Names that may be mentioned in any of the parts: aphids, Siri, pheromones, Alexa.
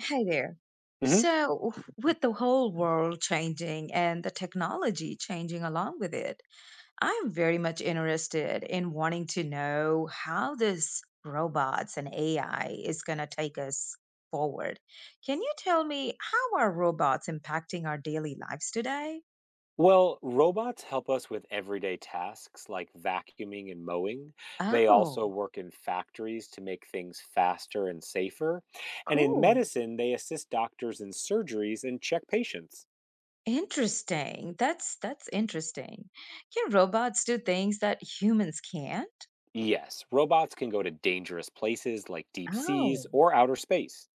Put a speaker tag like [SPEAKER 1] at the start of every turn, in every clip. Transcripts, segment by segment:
[SPEAKER 1] Hi there.
[SPEAKER 2] hmm
[SPEAKER 1] With the whole world changing and the technology changing along with it, I'm very much interested in wanting to know how this robots and AI is going to take us forward. Can you tell me how are robots impacting our daily lives today?
[SPEAKER 2] Well, robots help us with everyday tasks like vacuuming and mowing. They
[SPEAKER 1] Oh,
[SPEAKER 2] also work in factories to make things faster and safer. And in
[SPEAKER 1] cool.
[SPEAKER 2] medicine, they assist doctors in surgeries and check patients.
[SPEAKER 1] Interesting. That's interesting. Can robots do things that humans can't?
[SPEAKER 2] Yes, robots can go to dangerous places like deep seas
[SPEAKER 1] Oh,
[SPEAKER 2] or outer space.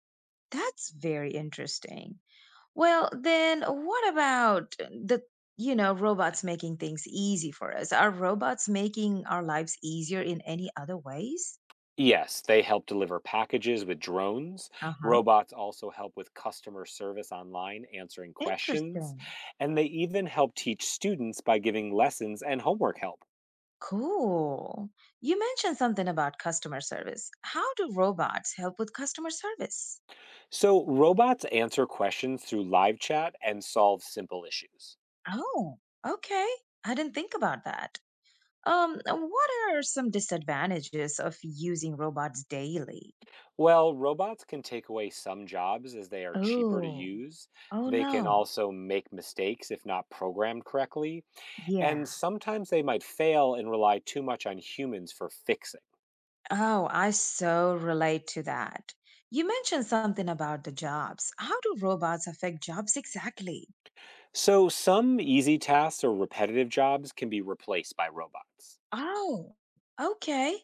[SPEAKER 1] that's very interesting. Well, then what about the robots making things easy for us? Are robots making our lives easier in any other ways?
[SPEAKER 2] Yes, they help deliver packages with drones.
[SPEAKER 1] Uh-huh.
[SPEAKER 2] Robots also help with customer service online, answering questions.
[SPEAKER 1] Interesting.
[SPEAKER 2] And they even help teach students by giving lessons and homework help.
[SPEAKER 1] Cool. You mentioned something about customer service. How do robots help with customer service?
[SPEAKER 2] So, robots answer questions through live chat and solve simple issues.
[SPEAKER 1] Oh, okay. I didn't think about that. What are some disadvantages of using robots daily?
[SPEAKER 2] Well, robots can take away some jobs as they are cheaper to
[SPEAKER 1] Oh,
[SPEAKER 2] use.
[SPEAKER 1] oh
[SPEAKER 2] They can
[SPEAKER 1] no.
[SPEAKER 2] also make mistakes if not programmed correctly.
[SPEAKER 1] Yeah.
[SPEAKER 2] And sometimes they might fail and rely too much on humans for fixing.
[SPEAKER 1] Oh, I so relate to that. You mentioned something about the jobs. How do robots affect jobs exactly?
[SPEAKER 2] So, some easy tasks or repetitive jobs can be replaced by robots.
[SPEAKER 1] Oh, okay.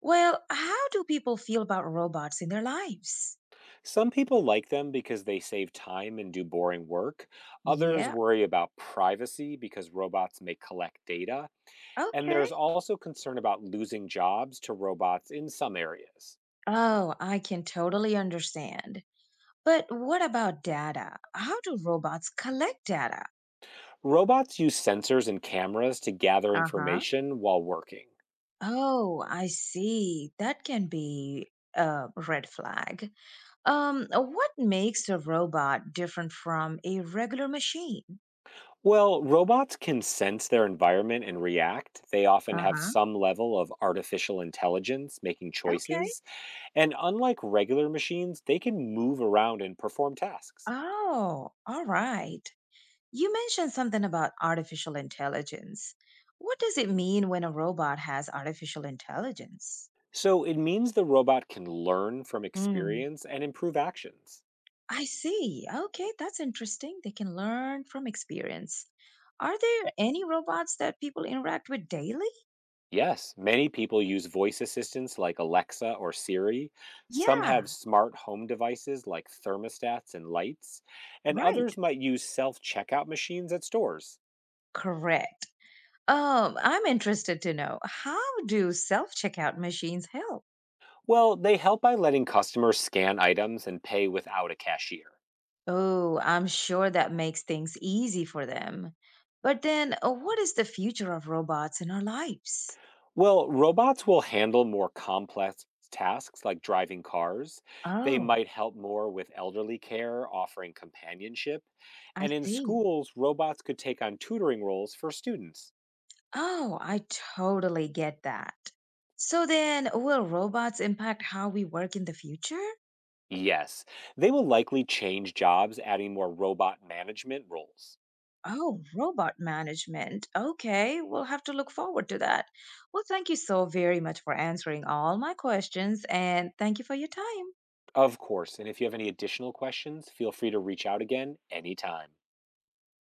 [SPEAKER 1] Well, how do people feel about robots in their lives?
[SPEAKER 2] Some people like them because they save time and do boring work. Others
[SPEAKER 1] Yeah.
[SPEAKER 2] worry about privacy because robots may collect data. And
[SPEAKER 1] Okay.
[SPEAKER 2] there's also concern about losing jobs to robots in some areas.
[SPEAKER 1] Oh, I can totally understand. But what about data? How do robots collect data?
[SPEAKER 2] Robots use sensors and cameras to gather
[SPEAKER 1] Uh huh.
[SPEAKER 2] information while working.
[SPEAKER 1] Oh, I see. That can be a red flag. What makes a robot different from a regular machine?
[SPEAKER 2] Well, robots can sense their environment and react. They often have
[SPEAKER 1] Uh-huh.
[SPEAKER 2] some level of artificial intelligence making
[SPEAKER 1] Okay.
[SPEAKER 2] choices. And unlike regular machines, they can move around and perform tasks.
[SPEAKER 1] Oh, all right. You mentioned something about artificial intelligence. What does it mean when a robot has artificial intelligence?
[SPEAKER 2] So it means the robot can learn from
[SPEAKER 1] Mm.
[SPEAKER 2] experience and improve actions.
[SPEAKER 1] I see. Okay, that's interesting. They can learn from experience. Are there any robots that people interact with daily?
[SPEAKER 2] Yes, many people use voice assistants like Alexa or Siri. Some
[SPEAKER 1] Yeah.
[SPEAKER 2] have smart home devices like thermostats and lights, and
[SPEAKER 1] Right.
[SPEAKER 2] others might use self checkout machines at stores.
[SPEAKER 1] Correct. I'm interested to know how do self-checkout machines help?
[SPEAKER 2] Well, they help by letting customers scan items and pay without a cashier.
[SPEAKER 1] Oh, I'm sure that makes things easy for them. But then, what is the future of robots in our lives?
[SPEAKER 2] Well, robots will handle more complex tasks like driving cars. They
[SPEAKER 1] Oh,
[SPEAKER 2] might help more with elderly care, offering companionship.
[SPEAKER 1] I
[SPEAKER 2] And in
[SPEAKER 1] see.
[SPEAKER 2] schools, robots could take on tutoring roles for students.
[SPEAKER 1] Oh, I totally get that. So then, will robots impact how we work in the future?
[SPEAKER 2] Yes, they will likely change jobs, adding more robot management roles.
[SPEAKER 1] Oh, robot management. Okay, we'll have to look forward to that. Well, thank you so very much for answering all my questions and thank you for your time.
[SPEAKER 2] Of course, and if you have any additional questions, feel free to reach out again anytime.